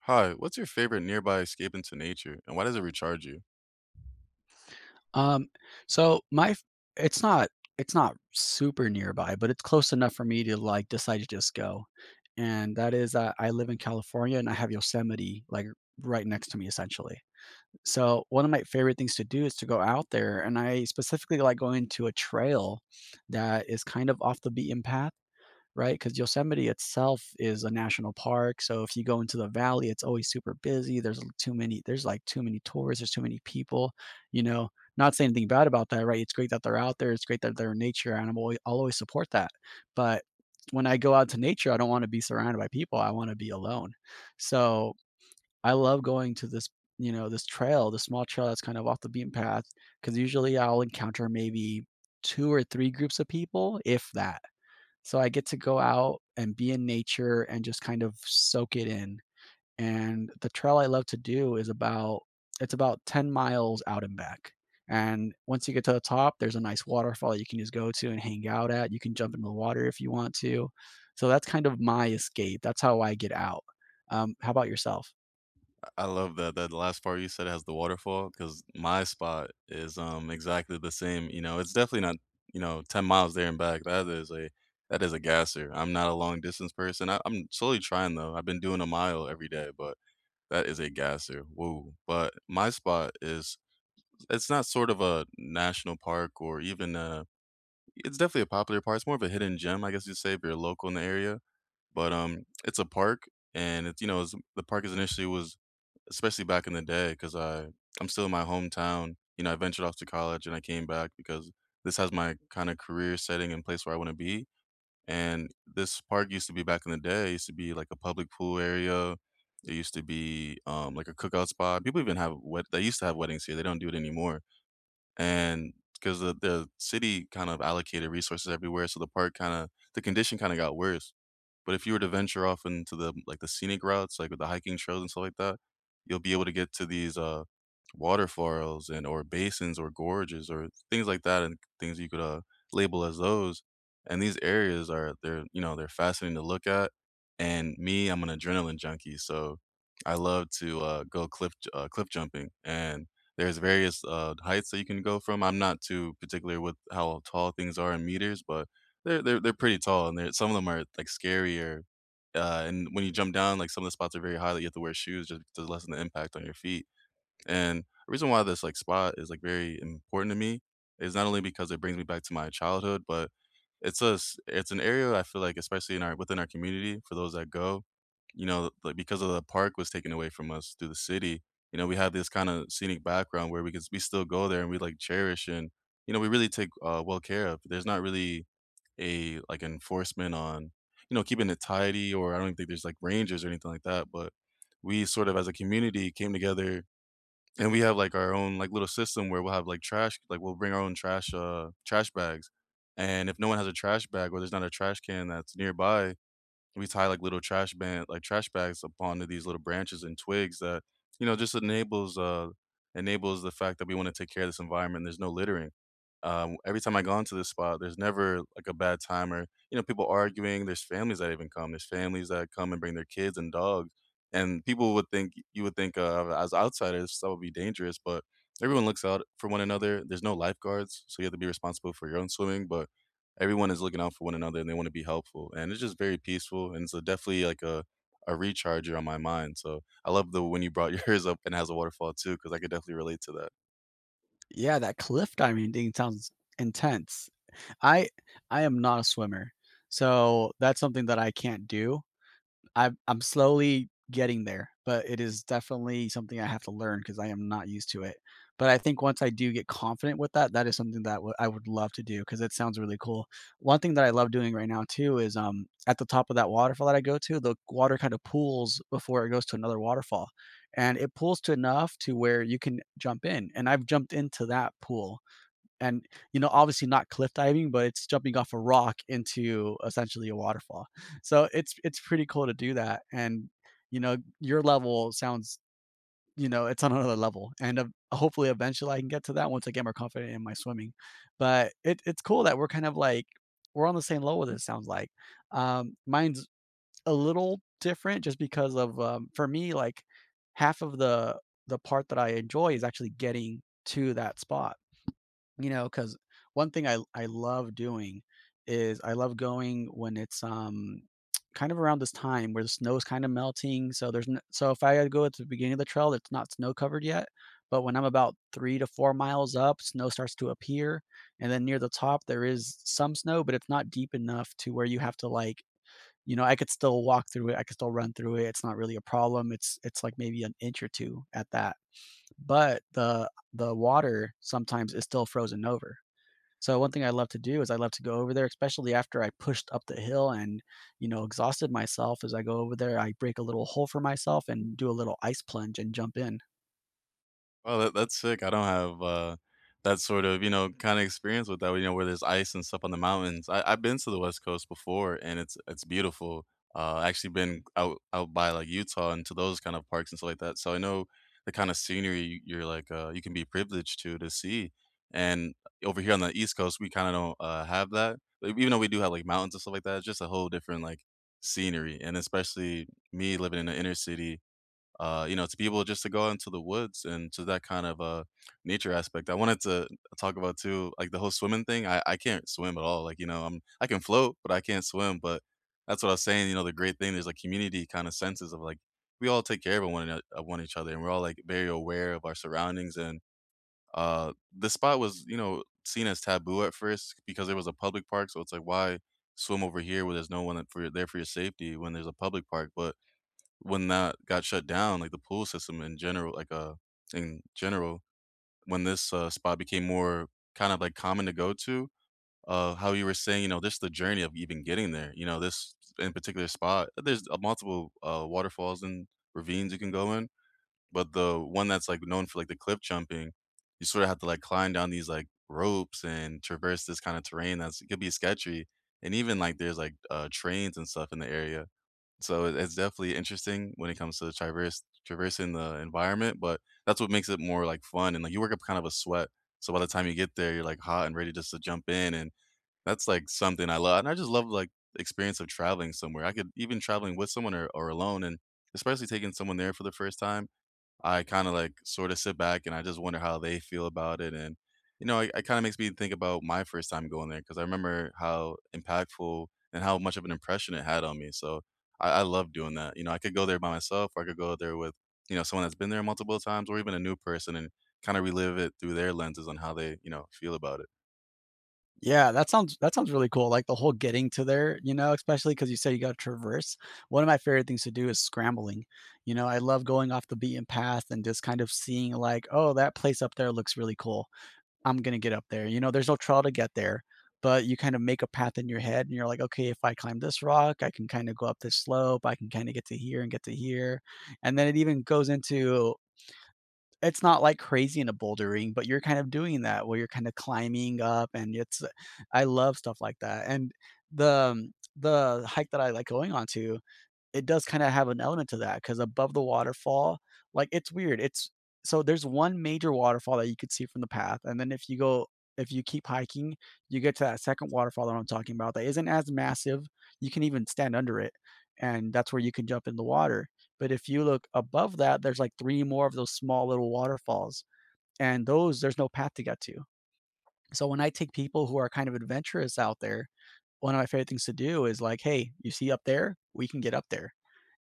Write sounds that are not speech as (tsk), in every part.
Hi, what's your favorite nearby escape into nature, and why does it recharge you? Um, so my f it's not it's not super nearby, but it's close enough for me to, like, decide to just go, and that is that I live in California, and I have Yosemite, like, right next to me, essentially. So, one of my favorite things to do is to go out there, and I specifically like going to a trail that is kind of off the beaten path, right? Because Yosemite itself is a national park. So if you go into the valley, it's always super busy. There's, like, too many tourists, there's too many people, you know. Not saying anything bad about that, right? It's great that they're out there. It's great that they're a nature animal. I'll always support that. But when I go out to nature, I don't want to be surrounded by people. I want to be alone. So I love going to this trail, the small trail that's kind of off the beaten path, because usually I'll encounter maybe two or three groups of people, if that, so I get to go out and be in nature and just kind of soak it in. And the trail I love to do is about 10 miles out and back. And once you get to the top, there's a nice waterfall you can just go to and hang out at. You can jump into the water if you want to. So that's kind of my escape. That's how I get out. How about yourself? I love that that last part you said has the waterfall because my spot is, exactly the same. You know, it's definitely not, 10 miles there and back. That is a gasser. I'm not a long distance person. I'm slowly trying though. I've been doing a mile every day, but that is a gasser, woo. But my spot is, it's not sort of a national park or even a, it's definitely a popular park. It's more of a hidden gem, I guess you'd say, if you're local in the area. But, it's a park, and it's, you know, it's the park is initially was, especially back in the day, because I'm still in my hometown. You know, I ventured off to college and I came back because this has my kinda career setting and place where I wanna be. And this park used to be back in the day, it used to be like a public pool area. It used to be, like a cookout spot. People even have wed, they used to have weddings here, they don't do it anymore. And 'cause the city kind of allocated resources everywhere, so the park kinda, the condition kinda got worse. But if you were to venture off into the, like, the scenic routes, like with the hiking trails and stuff like that, you'll be able to get to these, waterfalls and or basins or gorges or things like that, and things you could, label as those. And these areas are, they're, you know, they're fascinating to look at. And me, I'm an adrenaline junkie, so I love to, go cliff jumping. And there's various, heights that you can go from. I'm not too particular with how tall things are in meters, but they're pretty tall, and they're, some of them are, like, scarier, and when you jump down, like, some of the spots are very high that you have to wear shoes just to lessen the impact on your feet. And the reason why this, like, spot is, like, very important to me is not only because it brings me back to my childhood, but it's a s, it's an area I feel like, especially in our within our community, for those that go, you know, like, because of the park was taken away from us through the city, you know, we have this kinda scenic background where we can s, we still go there and we, like, cherish and, you know, we really take, well care of. There's not really a like enforcement on, you know, keeping it tidy, or I don't think there's like rangers or anything like that, but we sort of as a community came together, and we have, like, our own, like, little system where we'll have, like, trash, like, we'll bring our own trash, trash bags. And if no one has a trash bag or there's not a trash can that's nearby, we tie, like, little trash band, like, trash bags up onto these little branches and twigs that, you know, just enables enables the fact that we want to take care of this environment. There's no littering. Every time I go into this spot, there's never like a bad time or, you know, people arguing. There's families that even come. There's families that come and bring their kids and dogs, and people would think, you would think, as outsiders that would be dangerous, but everyone looks out for one another. There's no lifeguards, so you have to be responsible for your own swimming, but everyone is looking out for one another, and they want to be helpful, and it's just very peaceful. And so definitely like a recharger on my mind, so I love the, when you brought (laughs) yours up and has a waterfall too, because I could definitely relate to that. Yeah, that cliff diving thing sounds intense. I I am not a swimmer. So that's something that I can't do. I'm slowly getting there, but it is definitely something I have to learn because I am not used to it. But I think once I do get confident with that, that is something that w I would love to do because it sounds really cool. One thing that I love doing right now too is, at the top of that waterfall that I go to, the water kinda pools before it goes to another waterfall, and it pools to enough to where you can jump in, and I've jumped into that pool. And you know, obviously not cliff diving, but it's jumping off a rock into essentially a waterfall, so it's pretty cool to do that. And you know, your level sounds, you know, it's on another level. And hopefully eventually I can get to that once I get more confident in my swimming. But it's cool that we're kind of like, we're on the same level with, it sounds like. Mine's a little different just because of, for me, like, half of the part that I enjoy is actually getting to that spot, you know, because one thing I love doing is I love going when it's, (tsk) kind of around this time where the snow is kinda melting, so there's n so if I go at the beginning of the trail, it's not snow covered yet, but when I'm about 3 to 4 miles up, snow starts to appear, and then near the top, there is some snow, but it's not deep enough to where you have to, like, you know, I could still walk through it, I could still run through it, it's not really a problem, like, maybe an inch or 2 at that, but the water sometimes is still frozen over. So one thing I love to do is I love to go over there, especially after I pushed up the hill and, you know, exhausted myself. As I go over there, I break a little hole for myself and do a little ice plunge and jump in. Oh, that that's sick. I don't have, that sort of, you know, kinda experience with that, you know, where there's ice and stuff on the mountains. I've been to the West Coast before, and it's beautiful. I actually been out by, like, Utah and to those kind of parks and stuff like that, so I know the kinda scenery you, you can be privileged to see. And over here on the East Coast, we kinda don't, have that. Like, even though we do have, like, mountains and stuff like that, it's just a whole different, like, scenery. And especially me living in the inner city, you know, to be able just to go into the woods and to that kind of, nature aspect. I wanted to talk about too, like, the whole swimming thing. I can't swim at all. Like, you know, I can float, but I can't swim. But that's what I was saying. You know, the great thing, there's like community kind of senses of like we all take care of one another, of one each other, and we're all like very aware of our surroundings. And the spot was, you know, seen as taboo at first because there was a public park. So it's like, why swim over here where there's no one for your- there for your safety when there's a public park? But when that got shut down, like the pool system in general, like in general, when this, spot became more kind of like common to go to, how you were saying, you know, this, the journey of even getting there. You know, this in particular spot, there's, multiple, waterfalls and ravines you can go in. But the one that's like known for like the cliff jumping, you sort of have to like climb down these like ropes and traverse this kind of terrain that's, it could be sketchy. And even like there's like, trains and stuff in the area, so it, it's definitely interesting when it comes to traverse traversing the environment. But that's what makes it more, like, fun, and, like, you work up kind of a sweat, so by the time you get there, you're, like, hot and ready just to jump in. And that's, like, something I love, and I just love, like, the experience of traveling somewhere. I could even traveling with someone or alone, and especially taking someone there for the first time, I kinda, like, sorta sit back, and I just wonder how they feel about it. And, you know, it kinda makes me think about my first time going there because I remember how impactful and how much of an impression it had on me. So I love doing that. You know, I could go there by myself or I could go there with, you know, someone that's been there multiple times or even a new person, and kinda relive it through their lenses on how they, you know, feel about it. Yeah, that sounds really cool. Like the whole getting to there, you know, especially because you said you got to traverse. One of my favorite things to do is scrambling. You know, I love going off the beaten path and just kind of seeing like, oh, that place up there looks really cool. I'm going to get up there. You know, there's no trial to get there, but you kind of make a path in your head and you're like, okay, if I climb this rock, I can kind of go up this slope. I can kind of get to here and get to here. And then it even goes into, it's not like crazy in a bouldering, but you're kind of doing that where you're kind of climbing up and it's, I love stuff like that. And the the hike that I like going on to, it does kinda have an element to that because above the waterfall, like, it's weird, it's so there's one major waterfall that you could see from the path, and then if you keep hiking, you get to that second waterfall that I'm talking about that isn't as massive, you can even stand under it, and that's where you can jump in the water, but if you look above that, there's, like, 3 more of those small little waterfalls, and those, there's no path to get to. So when I take people who are kind of adventurous out there, one of my favorite things to do is like, "Hey, you see up there? We can get up there."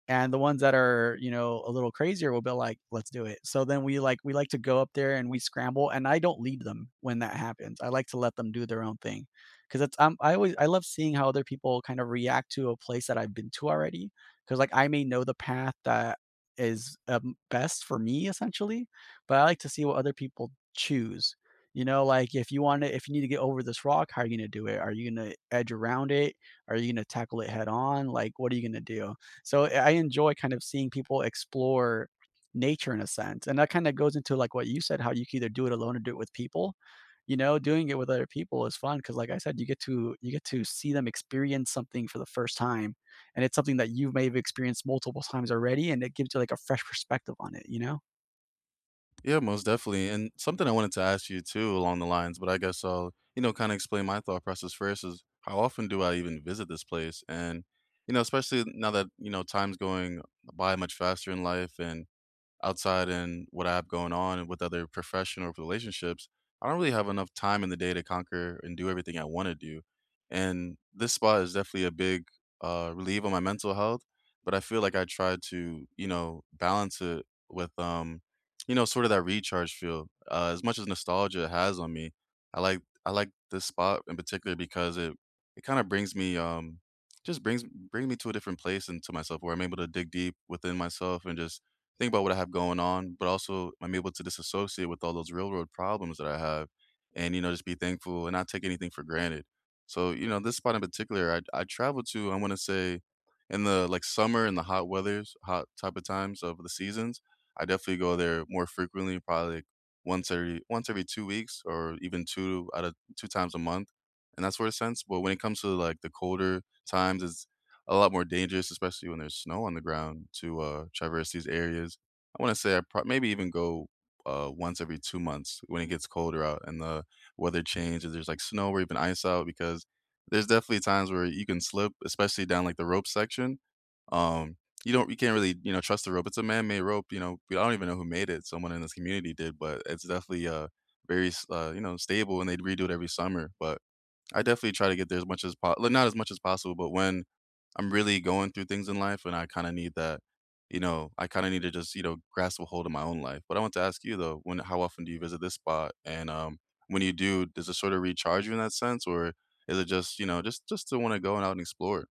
And the ones that are, you know, a little crazier will be like, let's do it. So then we like, we like to go up there and we scramble. And I don't lead them when that happens. I like to let them do their own thing because it's, I love seeing how other people kind of react to a place that I've been to already, because like, I may know the path that is, best for me, essentially, but I like to see what other people choose. You know, like, if you want to, if you need to get over this rock, how are you going to do it? Are you going to edge around it? Are you going to tackle it head on? Like, what are you going to do? So I enjoy kind of seeing people explore nature in a sense, and that kind of goes into like what you said, how you can either do it alone or do it with people. You know, doing it with other people is fun because, like I said, you get to see them experience something for the first time, and it's something that you may have experienced multiple times already, and it gives you like a fresh perspective on it. You know. Yeah, most definitely. And something I wanted to ask you too along the lines, but I guess I'll, you know, kind of explain my thought process first is, how often do I even visit this place? And, you know, especially now that, you know, time's going by much faster in life, and outside, and what I have going on, and with other professional relationships, I don't really have enough time in the day to conquer and do everything I want to do. And this spot is definitely a big, relief on my mental health. But I feel like I try to, you know, balance it with, you know, sort of that recharge feel. As much as nostalgia has on me, I like, I like this spot in particular because it kind of brings me, just brings me to a different place and to myself where I'm able to dig deep within myself and just think about what I have going on, but also I'm able to disassociate with all those real world problems that I have. And, you know, just be thankful and not take anything for granted. So, you know, this spot in particular, I traveled to, I want to say, in the like summer and the hot weathers, hot type of times of the seasons, I definitely go there more frequently, probably like once every 2 weeks, or even two out of two times a month. And that sort of sense. But when it comes to like the colder times, it's a lot more dangerous, especially when there's snow on the ground to, traverse these areas. I wanna say I prob maybe even go, once every 2 months when it gets colder out and the weather changes. There's, like, snow or even ice out because there's definitely times where you can slip, especially down, like, the rope section. Um, you don't, you can't really, you know, trust the rope. It's a man-made rope. You know, I don't even know who made it, someone in this community did, but it's definitely, very s you know, stable. And they redo it every summer, but I definitely try to get there as much as po like, not as much as possible, but when I'm really going through things in life and I kinda need that, you know, I kinda need to just, you know, grasp a hold of my own life. But I want to ask you though, when, how often do you visit this spot? And, when you do, does it sort of recharge you in that sense, or is it just, you know, just to wanna go and out and explore?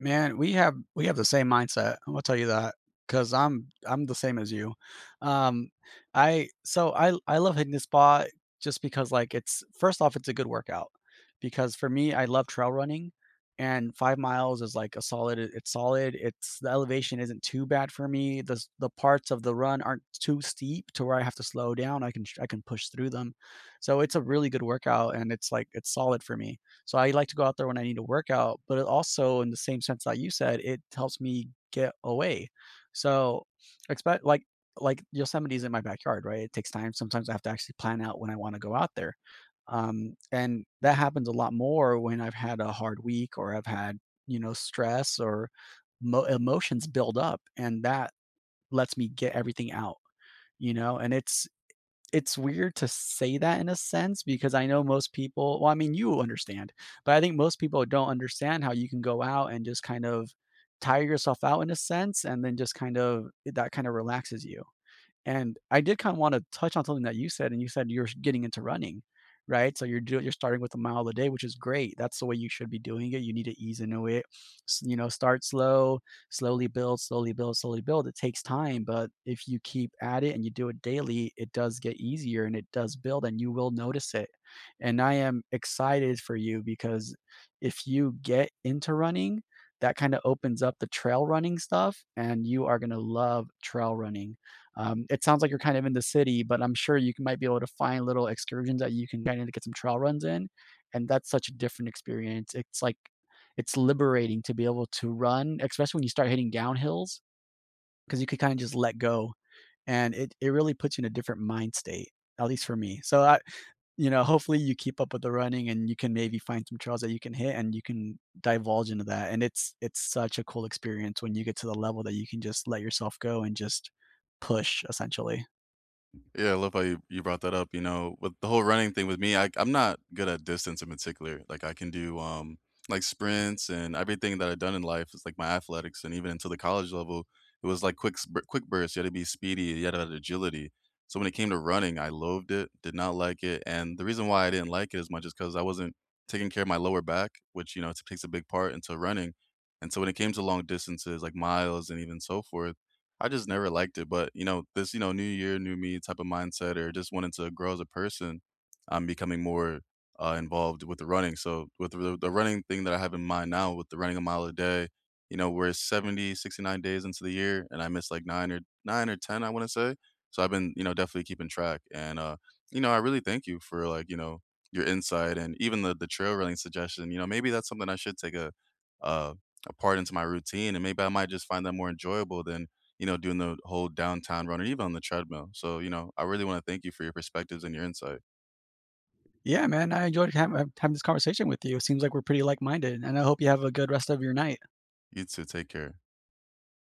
Man, we have the same mindset, I will tell you that, because I 'cause I'm the same as you. Um, I, so I love hitting the spot just because, like, it's, first off, it's a good workout because for me, I love trail running, and 5 miles is, like, a solid, I it's solid, it's, the elevation isn't too bad for me, the parts of the run aren't too steep to where I have to slow down, I can sh I can push through them. So it's a really good workout, and it's, like, it's solid for me. So I like to go out there when I need to work out, but it also, in the same sense that you said, it helps me get away. So expect like Yosemite's in my backyard, right? It takes time. Sometimes I have to actually plan out when I want to go out there. And that happens a lot more when I've had a hard week or I've had, you know, stress or emotions build up. And that lets me get everything out, you know, and it's weird to say that in a sense because I know most people, well, I mean, you understand, but I think most people don't understand how you can go out and just kind of tire yourself out in a sense, and then just kind of, that kind of relaxes you. And I did kinda wanna touch on something that you said, and you said you're getting into running, right? So you're doing, you're starting with a mile a day, which is great. That's the way you should be doing it. You need to ease into it. S You know, start slow, slowly build, slowly build, slowly build. It takes time, but if you keep at it and you do it daily, it does get easier and it does build and you will notice it. And I am excited for you because if you get into running, that kinda opens up the trail running stuff, and you are gonna love trail running. It sounds like you're kind of in the city, but I'm sure you c might be able to find little excursions that you can kinda get some trail runs in, and that's such a different experience. It's like, it's liberating to be able to run, especially when you start hitting downhills, because you could kinda just let go, and it really puts you in a different mind state, at least for me. So, I, you know, hopefully you keep up with the running and you can maybe find some trails that you can hit and you can divulge into that, and it's such a cool experience when you get to the level that you can just let yourself go and just push, essentially. Yeah, I love how you, you brought that up. You know, with the whole running thing with me, I'm not good at distance in particular. Like, I can do like sprints, and everything that I've done in life is like my athletics, and even into the college level, it was like quick quick bursts. You had to be speedy, you had to have agility. So when it came to running, I loathed it, did not like it. And the reason why I didn't like it as much is because I wasn't taking care of my lower back, which, you know, takes a big part into running. And so when it came to long distances like miles and even so forth, I just never liked it. But, you know, this, you know, new year, new me type of mindset, or just wanting to grow as a person, I'm becoming more, involved with the running. So with the running thing that I have in mind now, with the running a mile a day, you know, we're seventy-sixty-nine days into the year, and I missed like 9 or 9 or 10, I wanna say. So I've been, you know, definitely keeping track. And, you know, I really thank you for, like, you know, your insight, and even the trail running suggestion. You know, maybe that's something I should take uh, a part into my routine, and maybe I might just find that more enjoyable than, you know, doing the whole downtown run or even on the treadmill. So, you know, I really wanna thank you for your perspectives and your insight. Yeah, man, I enjoyed ha having this conversation with you. Seems like we're pretty like-minded, and I hope you have a good rest of your night. You too, take care.